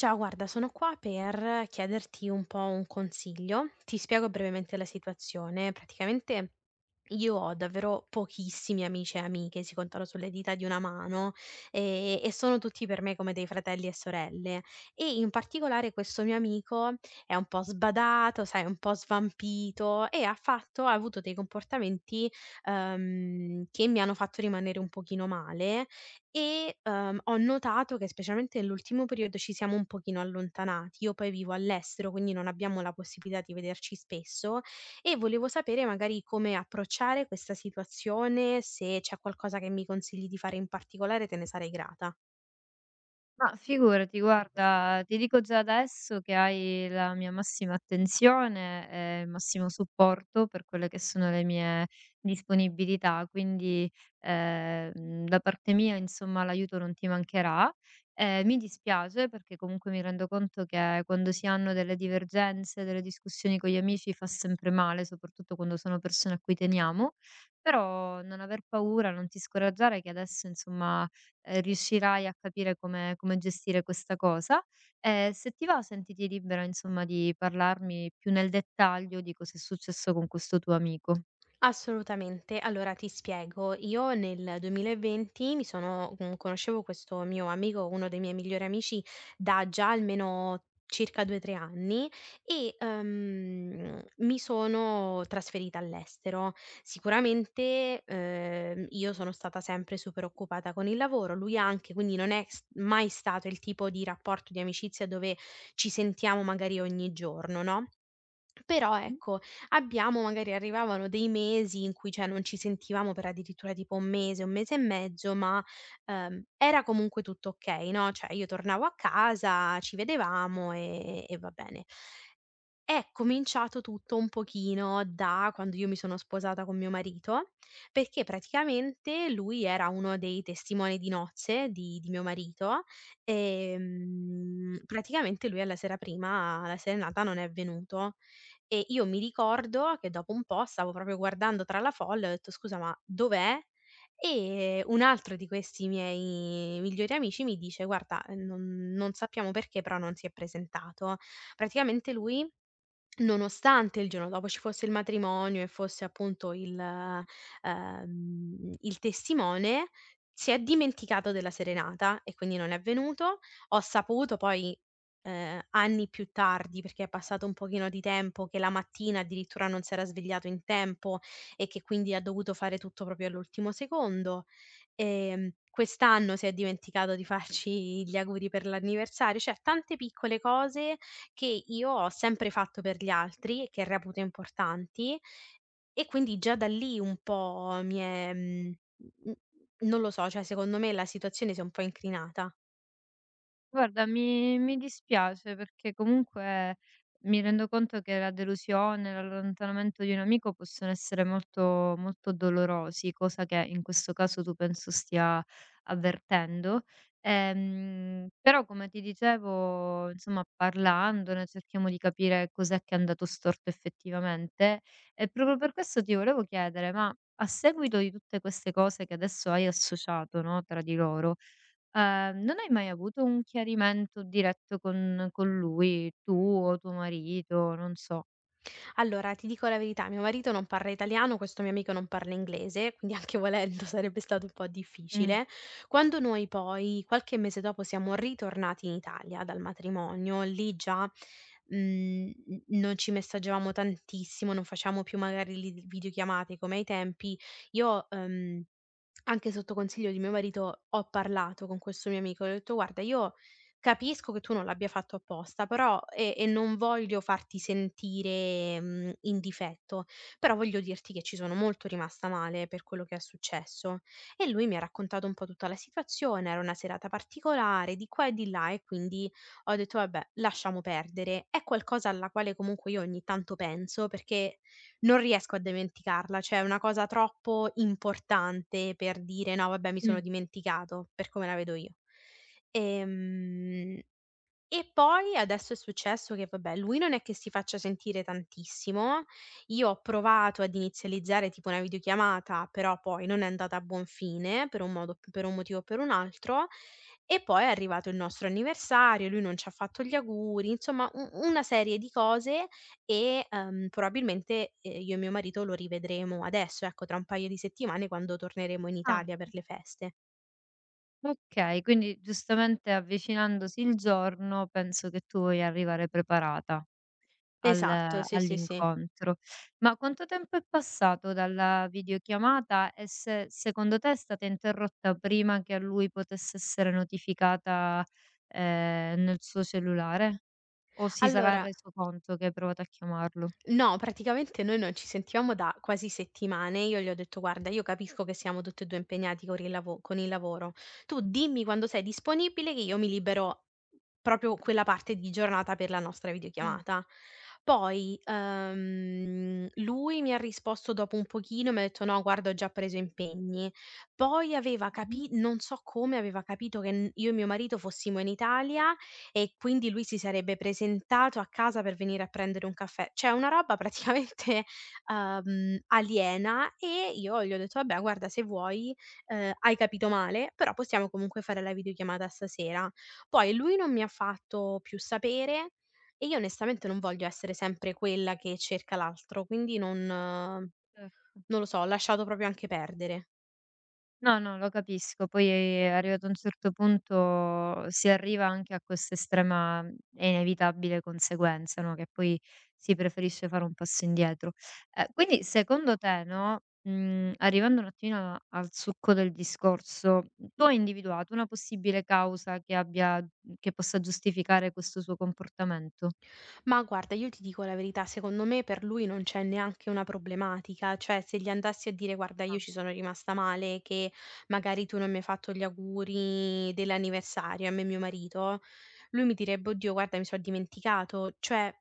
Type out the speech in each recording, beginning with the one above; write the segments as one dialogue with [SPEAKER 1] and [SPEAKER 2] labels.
[SPEAKER 1] Ciao, guarda, sono qua per chiederti un po' un consiglio. Ti spiego brevemente la situazione. Praticamente io ho davvero pochissimi amici e amiche, si contano sulle dita di una mano. E sono tutti per me come dei fratelli e sorelle. E in particolare questo mio amico è un po' sbadato, sai, un po' svampito e ha avuto dei comportamenti che mi hanno fatto rimanere un pochino male e, ho notato che specialmente nell'ultimo periodo ci siamo un pochino allontanati. Io poi vivo all'estero, quindi non abbiamo la possibilità di vederci spesso e volevo sapere magari come approcciare questa situazione. Se c'è qualcosa che mi consigli di fare in particolare, te ne sarei grata.
[SPEAKER 2] Ma figurati, guarda, ti dico già adesso che hai la mia massima attenzione e il massimo supporto per quelle che sono le mie disponibilità, quindi da parte mia, insomma, l'aiuto non ti mancherà. Mi dispiace perché comunque mi rendo conto che quando si hanno delle divergenze, delle discussioni con gli amici fa sempre male, soprattutto quando sono persone a cui teniamo, però non aver paura, non ti scoraggiare che adesso, insomma, riuscirai a capire come gestire questa cosa. E se ti va sentiti libera, insomma, di parlarmi più nel dettaglio di cosa è successo con questo tuo amico.
[SPEAKER 1] Assolutamente. Allora ti spiego, io nel 2020 conoscevo questo mio amico, uno dei miei migliori amici, da già almeno circa 2, 3 anni e, mi sono trasferita all'estero. Sicuramente, io sono stata sempre super occupata con il lavoro, lui anche, quindi non è s mai stato il tipo di rapporto di amicizia dove ci sentiamo magari ogni giorno, no? Però ecco, abbiamo magari arrivavano dei mesi in cui, cioè, non ci sentivamo per addirittura tipo 1 mese, 1 mese e mezzo, ma, era comunque tutto okay, no, cioè io tornavo a casa, ci vedevamo e va bene. È cominciato tutto un pochino da quando io mi sono sposata con mio marito, perché praticamente lui era uno dei testimoni di nozze di mio marito. Praticamente lui alla sera prima, alla serenata, non è venuto e io mi ricordo che dopo un po' stavo proprio guardando tra la folla e ho detto: "Scusa, ma dov'è?" E un altro di questi miei migliori amici mi dice: "Guarda, non sappiamo perché, però non si è presentato." Praticamente lui Nonostante il giorno dopo ci fosse il matrimonio e fosse appunto il testimone, si è dimenticato della serenata e quindi non è venuto. Ho saputo poi, anni più tardi, perché è passato un pochino di tempo, che la mattina addirittura non s'era svegliato in tempo e che quindi ha dovuto fare tutto proprio all'ultimo secondo. Quest'anno si è dimenticato di farci gli auguri per l'anniversario, cioè tante piccole cose che io ho sempre fatto per gli altri e che reputo importanti. E quindi già da lì un po' mi è mhmm, mhmm, non lo so, cioè secondo me la situazione si è un po' incrinata.
[SPEAKER 2] Guarda, mi dispiace perché comunque mi rendo conto che la delusione, l'allontanamento di un amico possono essere molto, molto dolorosi, cosa che in questo caso tu penso stia avvertendo. Però, come ti dicevo, insomma, parlandone cerchiamo di capire cos'è che è andato storto effettivamente. E proprio per questo ti volevo chiedere, ma a seguito di tutte queste cose che adesso hai associato, no, tra di loro, non hai mai avuto un chiarimento diretto con lui, tu o tuo marito, non so?
[SPEAKER 1] Allora, ti dico la verità, mio marito non parla italiano, questo mio amico non parla inglese, quindi anche volendo sarebbe stato un po'
[SPEAKER 2] Mh,
[SPEAKER 1] difficile. Quando noi poi, qualche mese dopo, siamo ritornati in Italia dal matrimonio, lì già, mhmm, n non ci messaggiavamo tantissimo, non facevamo più magari le videochiamate come ai tempi. Io, anche sotto consiglio di mio marito, ho parlato con questo mio amico e gli ho detto: "Guarda, io capisco che tu non l'abbia fatto apposta, però e non voglio farti sentire, in difetto, però voglio dirti che ci sono molto rimasta male per quello che è successo." E lui mi ha raccontato un po' tutta la situazione, era una serata particolare, di qua e di là, e quindi ho detto: "Vabbè, lasciamo perdere." È qualcosa alla quale comunque io ogni tanto penso, perché non riesco a dimenticarla, cioè è una cosa troppo importante per dire: "No vabbè, mi
[SPEAKER 2] mh.
[SPEAKER 1] sono dimenticato", per come la vedo io. Ehm e poi adesso è successo che vabbè, lui non è che si faccia sentire tantissimo. Io ho provato ad inizializzare tipo una videochiamata, però poi non è andata a buon fine per un motivo o per un altro. E poi è arrivato il nostro anniversario, lui non ci ha fatto gli auguri, insomma u una serie di cose e, probabilmente, io e mio marito lo rivedremo adesso, ecco, tra un paio di settimane, quando torneremo in
[SPEAKER 2] Ah,
[SPEAKER 1] Italia per le feste.
[SPEAKER 2] okay, quindi giustamente avvicinandosi il giorno penso che tu vuoi arrivare preparata al
[SPEAKER 1] Esatto, sì, sì, sì.
[SPEAKER 2] all'incontro. Ma quanto tempo è passato dalla videochiamata e se secondo te è stata interrotta prima che a lui potesse essere notificata, nel suo cellulare? O si sarà
[SPEAKER 1] Allora,
[SPEAKER 2] reso conto che hai provato a chiamarlo.
[SPEAKER 1] no, praticamente noi non ci sentivamo da quasi settimane. Io gli ho detto: "Guarda, io capisco che siamo tutti e 2 impegnati con il lavoro. Tu dimmi quando sei disponibile, che io mi libero proprio quella parte di giornata per la nostra
[SPEAKER 2] Mh.
[SPEAKER 1] videochiamata." Poi, lui mi ha risposto dopo un pochino, mi ha detto: "No, guarda, ho già preso impegni." Poi aveva
[SPEAKER 2] Mh-mh.
[SPEAKER 1] capi non so come, aveva capito che n io e mio marito fossimo in Italia e quindi lui si sarebbe presentato a casa per venire a prendere un caffè. Cioè una roba praticamente, aliena, e io gli ho detto: "Vabbè, guarda, se vuoi, hai capito male, però possiamo comunque fare la videochiamata stasera." Poi lui non mi ha fatto più sapere e io onestamente non voglio essere sempre quella che cerca l'altro, quindi
[SPEAKER 2] Certo.
[SPEAKER 1] non lo so, ho lasciato proprio anche perdere.
[SPEAKER 2] No, no, lo capisco. Poi arrivato a un certo punto si arriva anche a questa estrema e inevitabile conseguenza, no, che poi si preferisce fare un passo indietro. Quindi secondo te, no, arrivando un attimino al succo del discorso, tu hai individuato una possibile causa che abbia che possa giustificare questo suo comportamento?
[SPEAKER 1] Ma guarda, io ti dico la verità, secondo me per lui non c'è neanche una problematica, cioè se gli andassi a dire: "Guarda, io
[SPEAKER 2] Ah.
[SPEAKER 1] ci sono rimasta male che magari tu non mi hai fatto gli auguri dell'anniversario a me e mio marito", lui mi direbbe: "Oddio, guarda, mi sono dimenticato." Cioè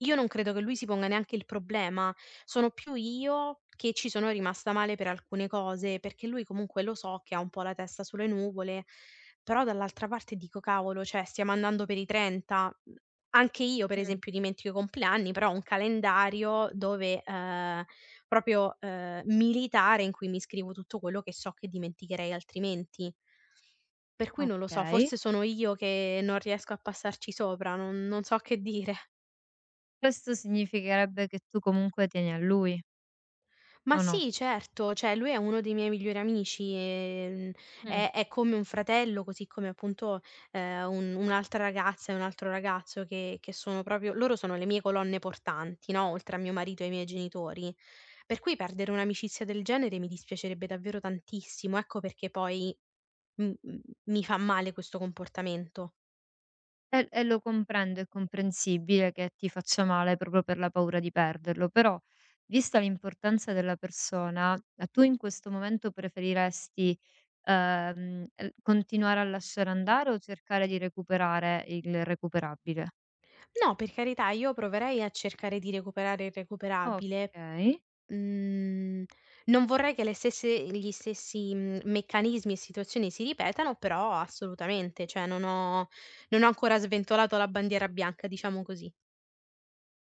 [SPEAKER 1] io non credo che lui si ponga neanche il problema, sono più io che ci sono rimasta male per alcune cose, perché lui comunque lo so che ha un po' la testa sulle nuvole. Però dall'altra parte dico: "Cavolo, cioè stiamo andando per i 30, anche io per
[SPEAKER 2] Mh.
[SPEAKER 1] esempio dimentico i compleanni, però ho un calendario dove, proprio, militare, in cui mi scrivo tutto quello che so che dimenticherei altrimenti." Per cui non lo so,
[SPEAKER 2] Okay.
[SPEAKER 1] forse sono io che non riesco a passarci sopra, non so che dire.
[SPEAKER 2] Questo significherebbe che tu comunque tieni a lui,
[SPEAKER 1] Ma
[SPEAKER 2] o no?
[SPEAKER 1] sì, certo, cioè lui è uno dei miei migliori amici,
[SPEAKER 2] Mh.
[SPEAKER 1] è come un fratello, così come appunto, un un'altra ragazza e un altro ragazzo che sono proprio loro, sono le mie colonne portanti, no, oltre a mio marito e ai miei genitori. Per cui perdere un'amicizia del genere mi dispiacerebbe davvero tantissimo, ecco perché poi m m mi fa male questo comportamento.
[SPEAKER 2] E lo comprendo, è comprensibile che ti faccia male proprio per la paura di perderlo, però vista l'importanza della persona, a tu in questo momento preferiresti, l continuare a lasciare andare o cercare di recuperare il recuperabile?
[SPEAKER 1] No, per carità, io proverei a cercare di recuperare il recuperabile.
[SPEAKER 2] Okay.
[SPEAKER 1] Mhmm, non vorrei che le stesse gli stessi, meccanismi e situazioni si ripetano, però assolutamente, cioè non ho ancora sventolato la bandiera bianca, diciamo così.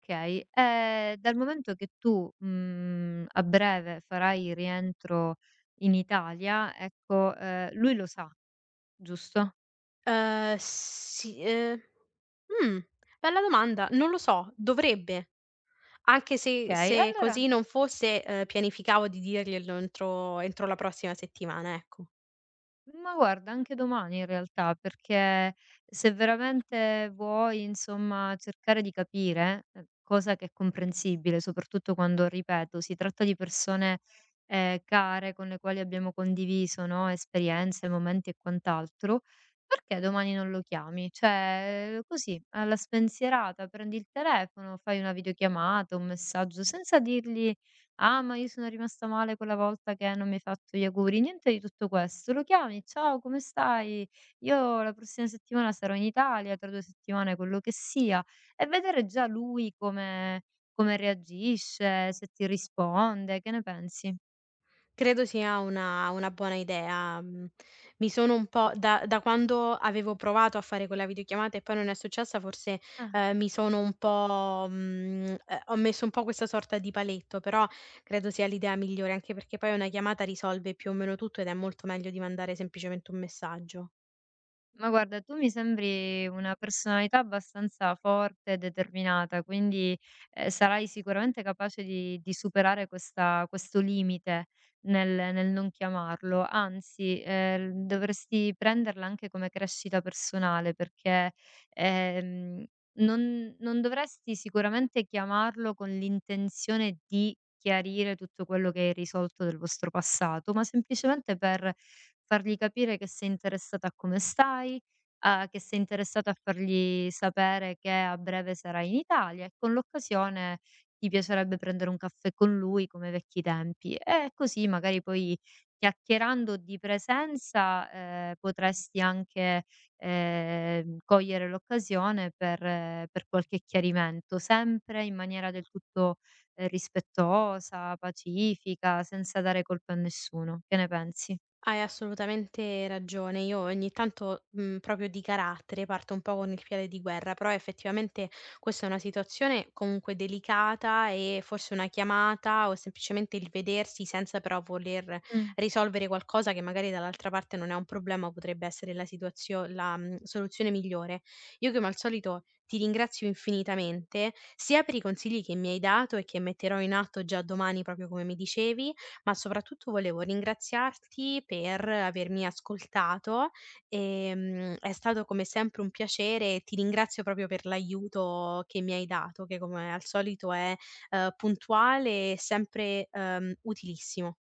[SPEAKER 2] Okay, dal momento che tu, a breve farai rientro in Italia, ecco, lui lo sa, giusto?
[SPEAKER 1] Sì, mh, bella domanda, non lo so, dovrebbe. Anche se
[SPEAKER 2] Okay, allora
[SPEAKER 1] così non fosse, pianificavo di dirglielo entro la prossima settimana, ecco.
[SPEAKER 2] Ma guarda, anche domani in realtà, perché se veramente vuoi, insomma, cercare di capire, cosa che è comprensibile, soprattutto quando, ripeto, si tratta di persone care con le quali abbiamo condiviso, no, esperienze, momenti e quant'altro, perché domani non lo chiami? Cioè, così, alla spensierata, prendi il telefono, fai una videochiamata, un messaggio, senza dirgli "Ah, ma io sono rimasta male quella volta che non mi hai fatto gli auguri", niente di tutto questo. Lo chiami: "Ciao, come stai? Io la prossima settimana sarò in Italia, tra 2 settimane", quello che sia, e vedere già lui come reagisce, se ti risponde. Che ne pensi?
[SPEAKER 1] Credo sia una buona idea. Mhmm, mi sono un po' da quando avevo provato a fare quella videochiamata e poi non è successa forse,
[SPEAKER 2] Ah.
[SPEAKER 1] mi sono un po' ho messo un po' questa sorta di paletto, però credo sia l'idea migliore, anche perché poi una chiamata risolve più o meno tutto ed è molto meglio di mandare semplicemente un messaggio.
[SPEAKER 2] Ma guarda, tu mi sembri una personalità abbastanza forte e determinata, quindi sarai sicuramente capace di superare questa- questo limite nel, nel non chiamarlo. Anzi, dovresti prenderla anche come crescita personale, perché ehm, non dovresti sicuramente chiamarlo con l'intenzione di chiarire tutto quello che hai risolto del vostro passato, ma semplicemente per fargli capire che sei interessata a come stai, a che sei interessata a fargli sapere che a breve sarai in Italia e con l'occasione ti piacerebbe prendere un caffè con lui come ai vecchi tempi. E così magari poi chiacchierando di presenza, potresti anche cogliere l'occasione per qualche chiarimento, sempre in maniera del tutto, rispettosa, pacifica, senza dare colpe a nessuno. Che ne pensi?
[SPEAKER 1] Hai assolutamente ragione. Io ogni tanto, proprio di carattere, parto un po' con il piede di guerra, però effettivamente questa è una situazione comunque delicata e forse una chiamata o semplicemente il vedersi, senza però voler
[SPEAKER 2] Mh.
[SPEAKER 1] risolvere qualcosa che magari dall'altra parte non è un problema, potrebbe essere la soluzione migliore. Io come al solito ti ringrazio infinitamente, sia per i consigli che mi hai dato e che metterò in atto già domani, proprio come mi dicevi, ma soprattutto volevo ringraziarti per avermi ascoltato. È stato come sempre un piacere e ti ringrazio proprio per l'aiuto che mi hai dato, che come al solito è, puntuale e sempre, utilissimo.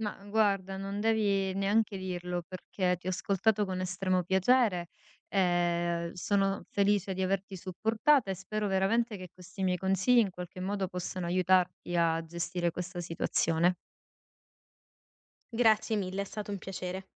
[SPEAKER 2] Ma guarda, non devi neanche dirlo perché ti ho ascoltato con estremo piacere, sono felice di averti supportata e spero veramente che questi miei consigli in qualche modo possano aiutarti a gestire questa situazione.
[SPEAKER 1] Grazie mille, è stato un piacere.